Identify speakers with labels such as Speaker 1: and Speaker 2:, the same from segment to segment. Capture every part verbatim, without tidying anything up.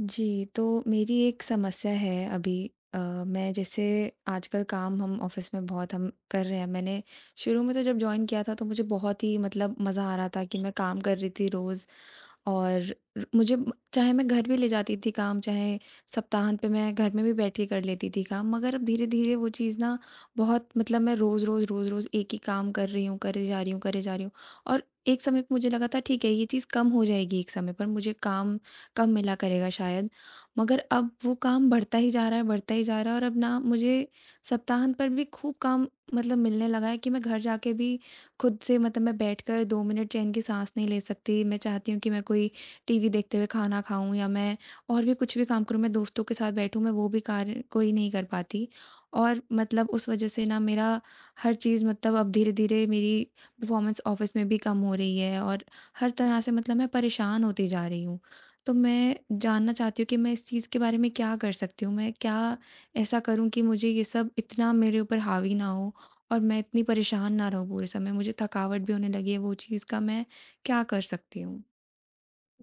Speaker 1: जी, तो मेरी एक समस्या है अभी। अ, मैं जैसे आजकल काम हम ऑफ़िस में बहुत हम कर रहे हैं। मैंने शुरू में तो जब जॉइन किया था तो मुझे बहुत ही मतलब मज़ा आ रहा था कि मैं काम कर रही थी रोज़। और र- मुझे म- चाहे मैं घर भी ले जाती थी काम, चाहे सप्ताहांत पे मैं घर में भी बैठ के कर लेती थी काम। मगर अब धीरे-धीरे वो चीज़ ना बहुत मतलब मैं रोज़-रोज़, रोज़-रोज़ एक ही काम कर रही हूँ, करे जा रही हूँ, करे जा रही हूँ। और एक समय पे मुझे लगा था ठीक है, ये चीज़ कम हो जाएगी, एक समय पर मुझे काम कम मिला करेगा शायद। मगर अब वो काम बढ़ता ही जा रहा है, बढ़ता ही जा रहा है और अब ना मुझे सप्ताहांत पर भी खूब काम मतलब मिलने लगा है कि मैं घर जाके भी खुद से मतलब मैं बैठकर दो मिनट चैन की साँस नहीं ले सकती। मैं चाहती हूँ कि मैं कोई टीवी देखते हुए खाना खाऊँ या मैं और भी कुछ भी काम करूँ, मैं दोस्तों के साथ बैठूँ, मैं वो भी कार्य कोई नहीं कर पाती। और मतलब उस वज़ह से ना मेरा हर चीज़ मतलब अब धीरे-धीरे मेरी परफ़ॉर्मेंस ऑफ़िस में भी कम हो रही है और हर तरह से मतलब मैं परेशान होती जा रही हूँ। तो मैं जानना चाहती हूँ कि मैं इस चीज़ के बारे में क्या कर सकती हूँ? मैं क्या ऐसा करूँ कि मुझे ये सब इतना मेरे ऊपर हावी ना हो और मैं इतनी परेशान ना रहूँ पूरे समय? मुझे थकावट भी होने लगी है वो चीज़ का मैं क्या कर सकती हूँ?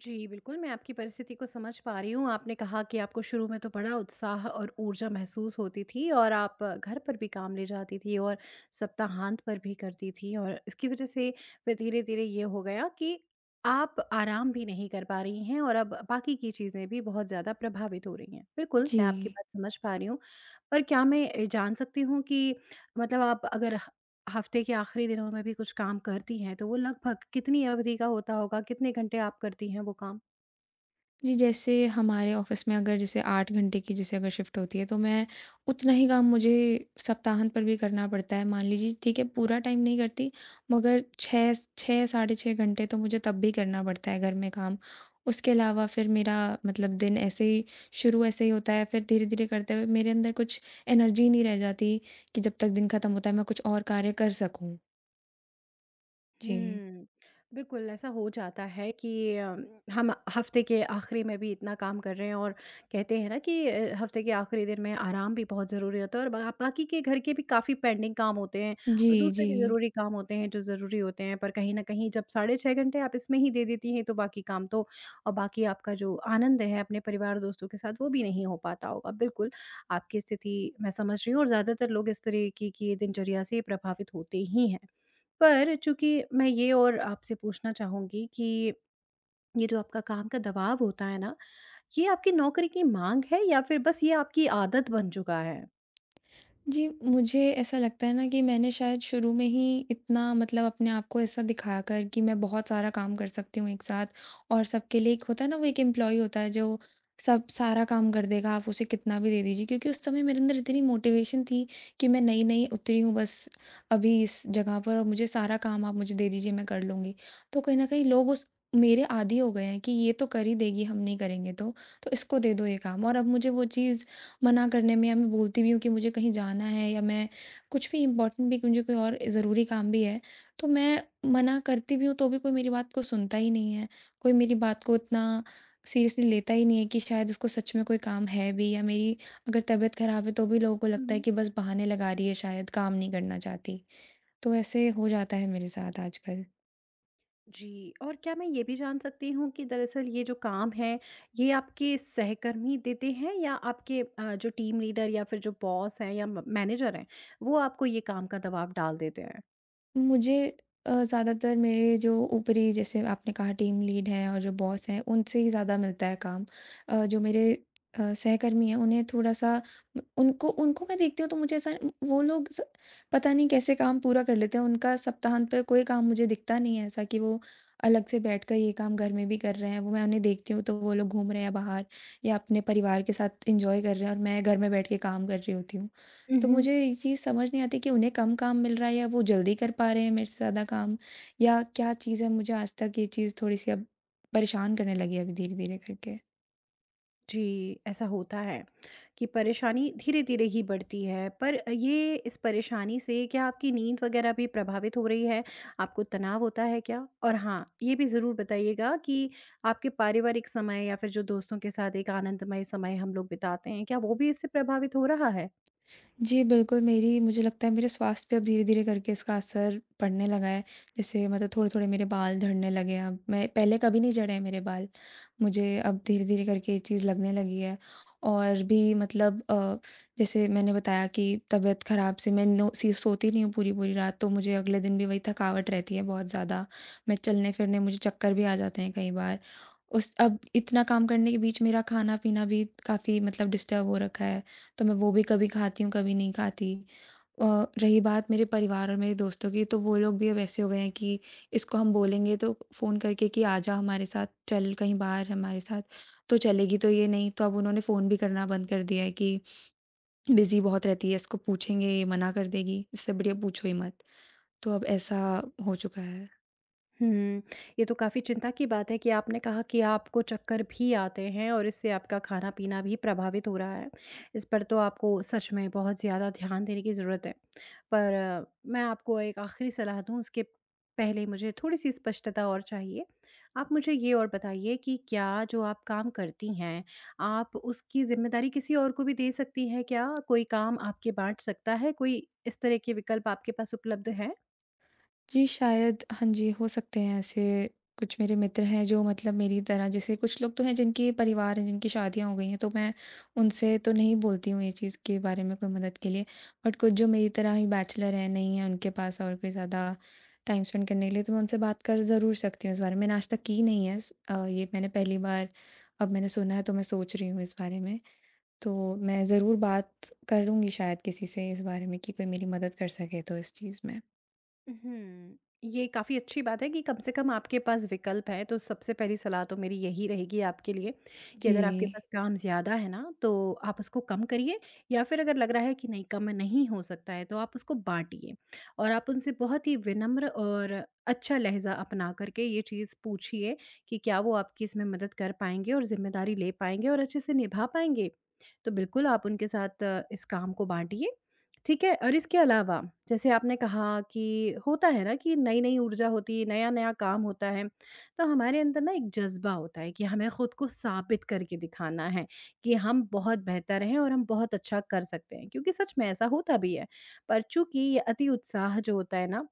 Speaker 2: जी, बिल्कुल, मैं आपकी परिस्थिति को समझ पा रही हूँ। आपने कहा कि आपको शुरू में तो बड़ा उत्साह और ऊर्जा महसूस होती थी और आप घर पर भी काम ले जाती थी और सप्ताहांत पर भी करती थी और इसकी वज़ह से फिर धीरे-धीरे ये हो गया कि आप आराम भी नहीं कर पा रही हैं और अब बाकी की चीज़ें भी बहुत ज़्यादा प्रभावित हो रही हैं। बिल्कुल, मैं आपकी
Speaker 1: जी।
Speaker 2: बात समझ पा रही हूँ। पर क्या मैं अ, जान सकती हूँ कि मतलब आप अगर हफ्ते के आखिरी दिनों में भी कुछ काम करती हैं, तो वो लगभग कितनी अवधि का होता होगा? कितने घंटे आप करती हैं वो काम?
Speaker 1: जी, जैसे हमारे ऑफ़िस में अगर जैसे आठ घंटे की जैसे अगर शिफ्ट होती है तो मैं उतना ही काम मुझे सप्ताहांत पर भी करना पड़ता है। मान लीजिए ठीक है पूरा टाइम नहीं करती, मगर छह, छह साढ़े छह घंटे तो मुझे तब भी करना पड़ता है घर में काम। उसके अलावा फिर मेरा मतलब दिन ऐसे ही शुरू ऐसे ही होता है, फिर धीरे-धीरे करते हुए मेरे अंदर कुछ एनर्जी नहीं रह जाती कि जब तक दिन खत्म होता है मैं कुछ और कार्य कर सकूँ। जी।
Speaker 2: हुँ। बिल्कुल, ऐसा हो जाता है कि अ, हम हफ़्ते के आखिरी में भी इतना काम कर रहे हैं और कहते हैं ना कि अ, हफ़्ते के आखिरी दिन में आराम भी बहुत ज़रूरी होता है और बा बाकी के घर के भी काफ़ी पेंडिंग काम होते हैं। और
Speaker 1: जी,
Speaker 2: दूसरे
Speaker 1: जी।
Speaker 2: भी ज़रूरी काम होते हैं जो ज़रूरी होते हैं, पर कहीं न कहीं जब साढ़े छह घंटे आप इसमें ही दे देती हैं, तो बाकी काम तो और बाकी आपका जो आनंद है अपने परिवार दोस्तों के साथ, वो भी नहीं हो पाता होगा। बिल्कुल, आपकी स्थिति मैं समझ रही हूँ और ज़्यादातर लोग इस तरीके की दिनचर्या से प्रभावित होते ही हैं। पर चूँकि मैं ये और आपसे पूछना चाहूँगी कि ये जो आपका काम का दबाव होता है ना, ये आपकी नौकरी की माँग है या फिर बस ये आपकी आदत बन चुका है?
Speaker 1: जी, मुझे ऐसा लगता है ना कि मैंने शायद शुरू में ही इतना मतलब अपने आप को ऐसा दिखाकर कि मैं बहुत सारा काम कर सकती हूँ एक साथ और सबके लिए एक होता है ना वो एक एम्प्लॉयी होता है जो सब सारा काम कर देगा, आप उसे कितना भी दे दीजिए, क्योंकि उस समय मेरे अंदर इतनी मोटिवेशन थी कि मैं नई-नई उतरी हूँ बस अभी इस जगह पर और मुझे सारा काम आप मुझे दे दीजिए, मैं कर लूँगी। तो कहीं न कहीं लोग उस मेरे आदी हो गए हैं कि ये तो कर ही देगी, हम नहीं करेंगे तो, तो इसको दे दो ये काम। और अब मुझे वो चीज़ मना करने में, या मैं बोलती भी हूँ कि मुझे कहीं जाना है या मैं कुछ भी इम्पोर्टेंट भी, मुझे कोई और ज़रूरी काम भी है, तो मैं मना करती भी हूँ तो भी कोई मेरी बात को सुनता ही नहीं है, कोई मेरी बात को इतना सीरियसली लेता ही नहीं है कि शायद इसको सच में कोई काम है भी, या मेरी अगर तबीयत ख़राब है तो भी लोगों को लगता है
Speaker 2: हुँ।
Speaker 1: कि बस बहाने लगा रही है, शायद काम नहीं करना चाहती। तो ऐसे हो जाता है मेरे साथ आजकल।
Speaker 2: जी, और क्या मैं ये भी जान सकती हूँ कि दरअसल ये जो काम है, ये आपके सहकर्मी देते हैं या आपके अ, जो टीम लीडर या फिर जो बॉस हैं या म मैनेजर हैं, वो आपको ये काम का दबाव डाल देते हैं?
Speaker 1: मुझे अ, ज़्यादातर मेरे जो ऊपरी जैसे आपने कहा टीम लीड है और जो बॉस है उनसे ही ज़्यादा मिलता है काम। अ, जो मेरे अ, सहकर्मी हैं उन्हें थोड़ा-सा उनको उनको मैं देखती हूँ तो मुझे ऐसा वो लोग स पता नहीं कैसे काम पूरा कर लेते हैं। उनका सप्ताहांत पे कोई काम मुझे दिखता नहीं है, ऐसा कि वो अलग से बैठकर ये काम घर में भी कर रहे हैं। वो मैं उन्हें देखती हूँ तो वो लोग घूम रहे हैं बाहर या अपने परिवार के साथ एन्जॉय कर रहे हैं और मैं घर में बैठ के काम कर रही होती हूँ।
Speaker 2: हुँ,
Speaker 1: तो
Speaker 2: हुँ।
Speaker 1: मुझे ये चीज़ समझ नहीं आती कि उन्हें कम काम मिल रहा है या वो जल्दी कर पा रहे हैं मेरे से ज़्यादा काम, या क्या चीज़ है, मुझे आज तक ये चीज़ थोड़ी-सी अब परेशान करने लगी है अभी धीरे-धीरे करके।
Speaker 2: जी, ऐसा होता है कि परेशानी धीरे-धीरे ही बढ़ती है। पर ये इस परेशानी से क्या आपकी नींद वग़ैरह भी प्रभावित हो रही है? आपको तनाव होता है क्या? और हाँ, ये भी ज़रूर बताइएगा कि आपके पारिवारिक समय या फिर जो दोस्तों के साथ एक आनंदमय समय हम लोग बिताते हैं, क्या वो भी इससे प्रभावित हो रहा है?
Speaker 1: जी, बिल्कुल मेरी मुझे लगता है मेरे स्वास्थ्य पे अब धीरे-धीरे करके इसका असर पड़ने लगा है। जैसे मतलब थोड़े-थोड़े मेरे बाल झड़ने लगे हैं अब, मैं पहले कभी नहीं झड़े हैं मेरे बाल। मुझे अब धीरे-धीरे करके ये चीज़ लगने लगी है और भी मतलब अ, जैसे मैंने बताया कि तबीयत ख़राब से मैं नो सी सोती नहीं हूँ पूरी-पूरी रात, तो मुझे अगले दिन भी वही थकावट रहती है बहुत ज़्यादा। मैं चलने-फिरने मुझे चक्कर भी आ जाते हैं कई बार। उस अब इतना काम करने के बीच मेरा खाना-पीना भी काफ़ी मतलब डिस्टर्ब हो रखा है। तो मैं वो भी कभी खाती हूँ, कभी नहीं खाती। अ, रही बात मेरे परिवार और मेरे दोस्तों की, तो वो लोग भी अब ऐसे हो गए हैं कि इसको हम बोलेंगे तो फ़ोन करके कि आ जा हमारे साथ, चल कहीं बाहर हमारे साथ, तो चलेगी तो ये नहीं। तो अब उन्होंने फ़ोन भी करना बंद कर दिया है कि बिज़ी बहुत रहती है, इसको पूछेंगे ये मना कर देगी, इससे बढ़िया पूछो ही मत। तो अब ऐसा हो चुका है।
Speaker 2: हुँ। ये तो काफ़ी चिंता की बात है कि आपने कहा कि आपको चक्कर भी आते हैं और इससे आपका खाना-पीना भी प्रभावित हो रहा है। इस पर तो आपको सच में बहुत ज़्यादा ध्यान देने की ज़रूरत है। पर अ, मैं आपको एक आखिरी सलाह दूँ उसके पहले मुझे थोड़ी-सी स्पष्टता और चाहिए। आप मुझे ये और बताइए कि क्या जो आप काम करती हैं, आप उसकी ज़िम्मेदारी किसी और को भी दे सकती हैं क्या? कोई काम आपके बाँट सकता है? कोई इस तरह के विकल्प आपके पास उपलब्ध हैं?
Speaker 1: जी, शायद हाँ जी, हो सकते हैं ऐसे, कुछ मेरे मित्र हैं जो मतलब मेरी तरह, जैसे कुछ लोग तो हैं जिनके परिवार हैं, जिनकी शादियाँ हो गई हैं, तो मैं उनसे तो नहीं बोलती हूँ ये चीज़ के बारे में कोई मदद के लिए। बट कुछ जो मेरी तरह ही बैचलर हैं, नहीं है उनके पास और कोई ज़्यादा टाइम स्पेंड करने के लिए, तो मैं उनसे बात कर ज़रूर सकती हूँ इस बारे में। मैंने आज तक की नहीं है इस अ, ये मैंने पहली बार अब मैंने सुना है, तो मैं सोच रही हूँ इस बारे में। तो मैं ज़रूर बात करूँगी शायद किसी से इस बारे में कि कोई मेरी मदद कर सके तो इस चीज़ में।
Speaker 2: हुँ। ये काफ़ी अच्छी बात है कि कम से कम आपके पास विकल्प हैं, तो सबसे पहली सलाह तो मेरी यही रहेगी आपके लिए कि
Speaker 1: जी।
Speaker 2: अगर आपके पास काम ज़्यादा है ना, तो आप उसको कम करिए या फिर अगर लग रहा है कि नहीं कम नहीं हो सकता है, तो आप उसको बाँटिए और आप उनसे बहुत ही विनम्र और अच्छा लहज़ा अपना कर के ये चीज़ पूछिए कि क्या वो आपकी इसमें मदद कर पाएँगे और ज़िम्मेदारी ले पाएँगे और अच्छे से निभा पाएँगे? तो बिल्कुल आप उनके साथ अ, इस काम को बाँटिए। ठीक है, और इसके अलावा जैसे आपने कहा कि होता है ना कि नई-नई ऊर्जा होती है, नया-नया काम होता है, तो हमारे अंदर ना एक जज़्बा होता है कि हमें खुद को साबित करके दिखाना है कि हम बहुत बेहतर हैं और हम बहुत अच्छा कर सकते हैं। क्योंकि सच में ऐसा होता भी है। पर चूँकि ये अति उत्साह जो होता है ना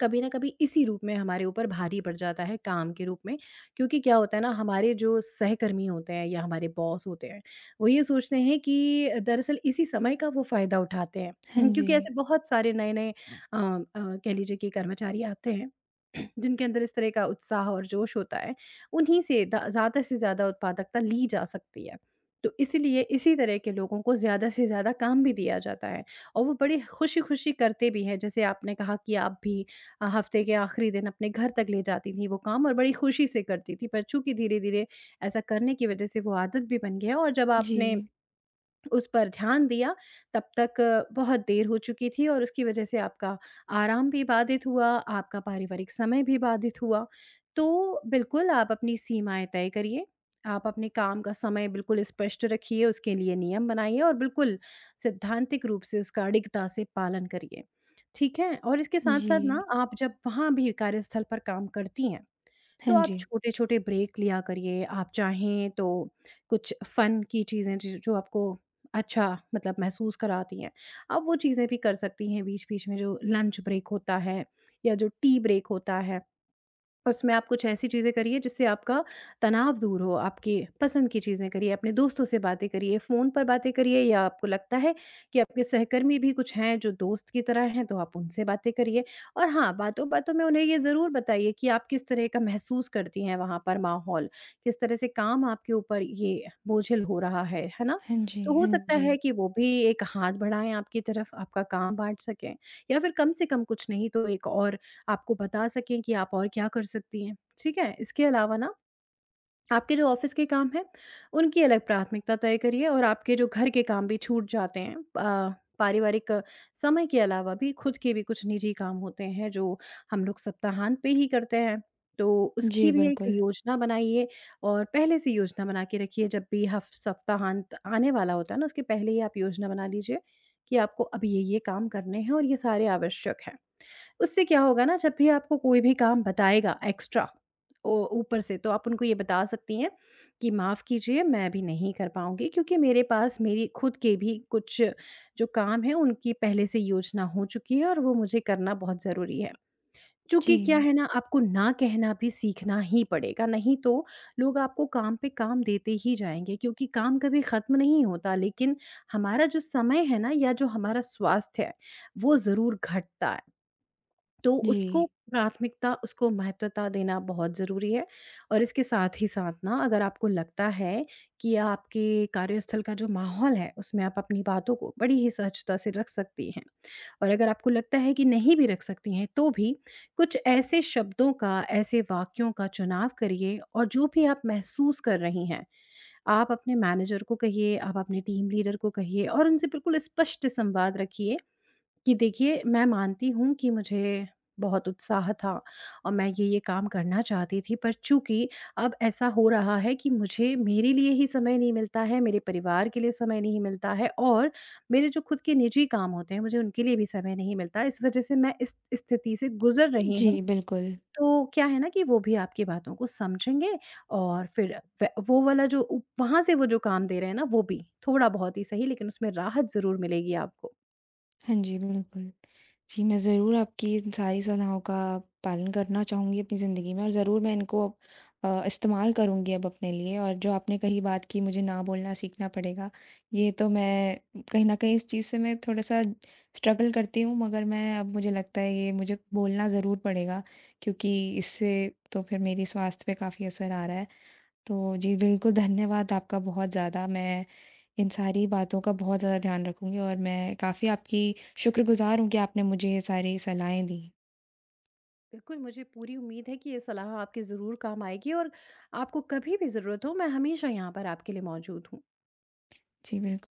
Speaker 2: कभी न कभी इसी रूप में हमारे ऊपर भारी पड़ जाता है काम के रूप में। क्योंकि क्या होता है ना हमारे जो सहकर्मी होते हैं या हमारे बॉस होते हैं, वो ये सोचते हैं कि दरअसल इसी समय का वो फ़ायदा उठाते हैं।
Speaker 1: हाँ जी।
Speaker 2: क्योंकि ऐसे बहुत सारे नए-नए अ अ, कह लीजिए कि कर्मचारी आते हैं, जिनके अंदर इस तरह का उत्साह और जोश होता है, उन्हीं से द ज़्यादा से ज़्यादा उत्पादकता ली जा सकती है। तो इसीलिए इसी तरह के लोगों को ज़्यादा से ज़्यादा काम भी दिया जाता है और वो बड़े खुशी-खुशी करते भी हैं, जैसे आपने कहा कि आप भी अ, हफ्ते के आखिरी दिन अपने घर तक ले जाती थी वो काम और बड़ी खुशी से करती थी। पर चूँकि धीरे-धीरे ऐसा करने की वज़ह से वो आदत भी बन गया और जब
Speaker 1: जी,
Speaker 2: आपने उस पर ध्यान दिया, तब तक अ, बहुत देर हो चुकी थी और उसकी वजह से आपका आराम भी बाधित हुआ, आपका पारिवारिक समय भी बाधित हुआ। तो बिल्कुल आप अपनी सीमाएँ तय करिए, आप अपने काम का समय बिल्कुल स्पष्ट रखिए, उसके लिए नियम बनाइए और बिल्कुल सैद्धांतिक रूप से उसका अडिगता से पालन करिए। ठीक है? और इसके
Speaker 1: जी।
Speaker 2: साथ-साथ ना आप जब वहाँ भी कार्यस्थल पर काम करती हैं, तो
Speaker 1: हाँ
Speaker 2: आप
Speaker 1: जी।
Speaker 2: छोटे-छोटे ब्रेक लिया करिए, आप चाहें तो कुछ फ़न की चीज़ें ज जो आपको अच्छा मतलब महसूस कराती हैं, आप वो चीज़ें भी कर सकती हैं बीच-बीच में जो लंच ब्रेक होता है या जो टी ब्रेक होता है। उसमें आप कुछ ऐसी चीज़ें करिए जिससे आपका तनाव दूर हो, आपकी पसंद की चीज़ें करिए, अपने दोस्तों से बातें करिए, फ़ोन पर बातें करिए या आपको लगता है कि आपके सहकर्मी भी कुछ हैं जो दोस्त की तरह हैं, तो आप उनसे बातें करिए। और हाँ, बातों-बातों में उन्हें ये ज़रूर बताइए कि आप किस तरह का महसूस करती हैं वहाँ पर माहौल, किस तरह से काम आपके ऊपर ये बोझिल हो रहा है, है ना?
Speaker 1: हाँ जी,
Speaker 2: तो हो
Speaker 1: हाँ
Speaker 2: सकता
Speaker 1: जी।
Speaker 2: है कि वो भी एक हाथ बढ़ाएँ आपकी तरफ, आपका काम बाँट सकें या फिर कम से कम कुछ नहीं तो एक और आपको बता सकें कि आप और क्या कर सकती हैं, ठीक है? इसके अलावा ना आपके जो ऑफ़िस के काम हैं, उनकी अलग प्राथमिकता तय करिए और आपके जो घर के काम भी छूट जाते हैं अ, पारिवारिक अ, समय के अलावा भी खुद के भी कुछ निजी काम होते हैं जो हम लोग सप्ताहांत पे ही करते हैं। तो उसकी
Speaker 1: जी,
Speaker 2: भी एक
Speaker 1: बिल्कुल।
Speaker 2: योजना बनाइए और पहले से योजना बना के रखिए, जब भी हफ़ सप्ताहांत आने वाला होता है ना उसके पहले ही आप योजना बना लीजिए कि आपको अब ये-ये काम करने हैं और ये सारे आवश्यक हैं। उससे क्या होगा ना, जब भी आपको कोई भी काम बताएगा एक्स्ट्रा ओ ऊपर से, तो आप उनको ये बता सकती हैं कि माफ़ कीजिए, मैं अभी नहीं कर पाऊँगी क्योंकि मेरे पास मेरी खुद के भी कुछ जो काम है उनकी पहले से योजना हो चुकी है और वो मुझे करना बहुत ज़रूरी है। चूँकि क्या
Speaker 1: जी,
Speaker 2: है ना, आपको ना कहना भी सीखना ही पड़ेगा, नहीं तो लोग आपको काम पे काम देते ही जाएँगे क्योंकि काम कभी ख़त्म नहीं होता, लेकिन हमारा जो समय है ना या जो हमारा स्वास्थ्य है वो ज़रूर घटता है। तो उसको
Speaker 1: जी,
Speaker 2: प्राथमिकता, उसको महत्वता देना बहुत ज़रूरी है। और इसके साथ ही साथ ना, अगर आपको लगता है कि आपके कार्यस्थल का जो माहौल है, उसमें आप अपनी बातों को बड़ी ही सहजता से रख सकती हैं और अगर आपको लगता है कि नहीं भी रख सकती हैं, तो भी कुछ ऐसे शब्दों का, ऐसे वाक्यों का चुनाव करिए और जो भी आप महसूस कर रही हैं, आप अपने मैनेजर को कहिए, आप अपने टीम लीडर को कहिए और उनसे बिल्कुल स्पष्ट संवाद रखिए कि देखिए, मैं मानती हूँ कि मुझे बहुत उत्साह था और मैं ये-ये काम करना चाहती थी, पर चूँकि अब ऐसा हो रहा है कि मुझे मेरे लिए ही समय नहीं मिलता है, मेरे परिवार के लिए समय नहीं मिलता है और मेरे जो खुद के निजी काम होते हैं, मुझे उनके लिए भी समय नहीं मिलता है। इस वजह से मैं इस स्थिति से गुज़र रही
Speaker 1: जी,
Speaker 2: हूँ।
Speaker 1: बिल्कुल।
Speaker 2: तो क्या है ना कि वो भी आपकी बातों को समझेंगे और फिर व वो वाला जो उ वहाँ से वो जो काम दे रहे हैं ना, वो भी थोड़ा-बहुत ही सही लेकिन उसमें राहत ज़रूर मिलेगी आपको।
Speaker 1: हाँ जी, बिल्कुल। जी, मैं ज़रूर आपकी इन सारी सलाहों का पालन करना चाहूँगी अपनी ज़िंदगी में और ज़रूर मैं इनको अ, इस्तेमाल करूँगी अब अपने लिए, और जो आपने कही बात की मुझे ना बोलना सीखना पड़ेगा, ये तो मैं कहीं न कहीं इस चीज़ से मैं थोड़ा-सा स्ट्रगल करती हूँ, मगर मैं अब मुझे लगता है ये मुझे बोलना ज़रूर पड़ेगा, क्योंकि इससे तो फिर मेरी स्वास्थ्य पे काफ़ी असर आ रहा है। तो जी, बिल्कुल धन्यवाद आपका, बहुत ज़्यादा मैं इन सारी बातों का बहुत ज़्यादा ध्यान रखूँगी और मैं काफ़ी आपकी शुक्रगुज़ार हूँ कि आपने मुझे ये सारी सलाहें दी।
Speaker 2: बिल्कुल, मुझे पूरी उम्मीद है कि ये सलाह आपके ज़रूर काम आएगी और आपको कभी भी ज़रूरत हो, मैं हमेशा यहाँ पर आपके लिए मौजूद हूँ।
Speaker 1: जी, बिल